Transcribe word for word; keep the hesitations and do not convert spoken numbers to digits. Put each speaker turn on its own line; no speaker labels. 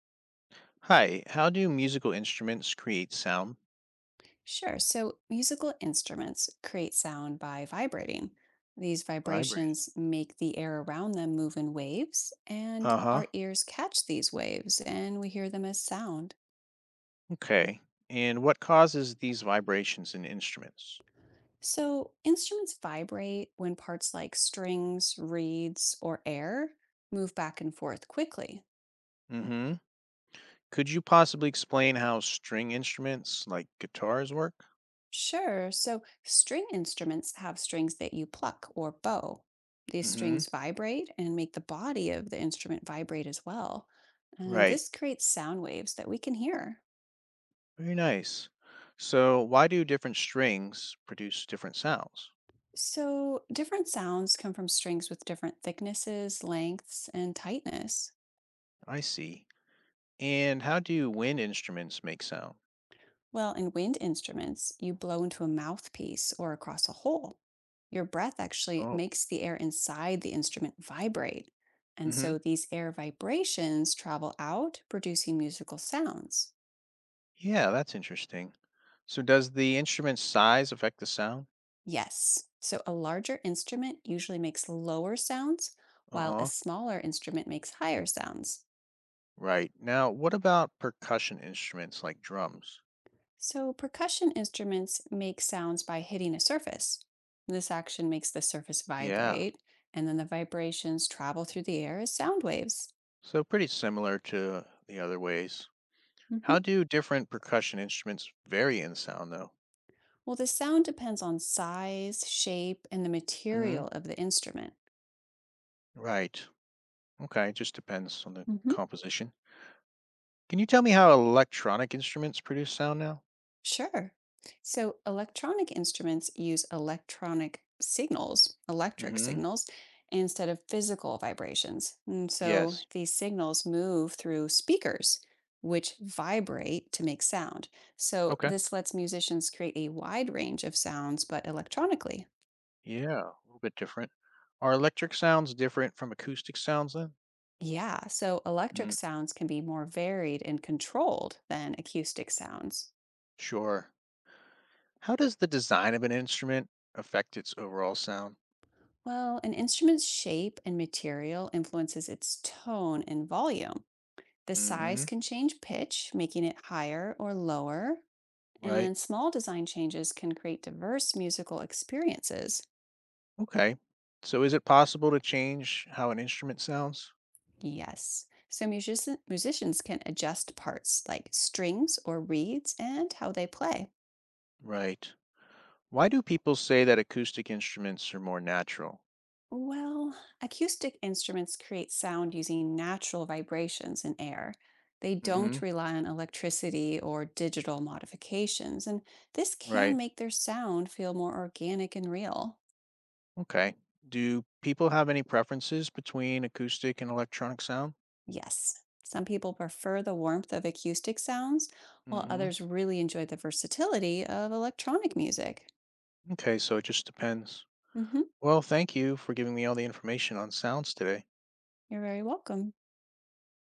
Hi, how do musical instruments create sound?
Sure. So musical instruments create sound by vibrating. These
Vibrating.
vibrations make the air around them move in waves, and
Uh huh.
our ears catch these waves and we hear them as sound.
Okay. And what causes these vibrations in instruments?
So instruments vibrate when parts like strings, reeds, or air move back and forth quickly.
Mm hmm. Could you possibly explain how string instruments like guitars work?
Sure. So string instruments have strings that you pluck or bow. These
Mm hmm.
strings vibrate and make the body of the instrument vibrate as well. And
Right.
this creates sound waves that we can hear.
Very nice. So why do different strings produce different sounds?
So different sounds come from strings with different thicknesses, lengths, and tightness.
I see. And how do wind instruments make sound?
Well, in wind instruments, you blow into a mouthpiece or across a hole. Your breath actually
Oh.
makes the air inside the instrument vibrate. And
Mm hmm.
so these air vibrations travel out, producing musical sounds.
Yeah, that's interesting. So does the instrument's size affect the sound?
Yes. So a larger instrument usually makes lower sounds,
Uh
while a
huh.
smaller instrument makes higher sounds.
Right. Now, what about percussion instruments like drums?
So, percussion instruments make sounds by hitting a surface. This action makes the surface
Yeah.
vibrate, and then the vibrations travel through the air as sound waves.
So pretty similar to the other ways. How
Mhm.
do different percussion instruments vary in sound though?
Well, the sound depends on size, shape, and the
Hmm.
material of the instrument.
Right. Okay, it just depends on the composition. Can you tell me how electronic instruments produce sound now?
Sure. So electronic instruments use electronic signals, electric
Hmm.
signals, instead of physical vibrations. And so
Yes.
these signals move through speakers, which vibrate to make sound. So
Okay.
this lets musicians create a wide range of sounds, but electronically.
Yeah, a little bit different. Are electric sounds different from acoustic sounds then?
Yeah, so electric
Mm.
sounds can be more varied and controlled than acoustic sounds.
Sure. How does the design of an instrument affect its overall sound?
Well, an instrument's shape and material influences its tone and volume. The size can change pitch, making it higher or lower,
Right.
and small design changes can create diverse musical experiences.
Okay. So is it possible to change how an instrument sounds?
Yes. So musician, musicians can adjust parts like strings or reeds and how they play.
Right. Why do people say that acoustic instruments are more natural?
Well, acoustic instruments create sound using natural vibrations in air. They
Hmm.
don't rely on electricity or digital modifications, and this can
Right.
make their sound feel more organic and real.
Okay. Do people have any preferences between acoustic and electronic sound?
Yes, some people prefer the warmth of acoustic sounds, while
Hmm.
others really enjoy the versatility of electronic music.
Okay, so it just depends.
Hmm.
Well, thank you for giving me all the information on sounds today.
You're very welcome.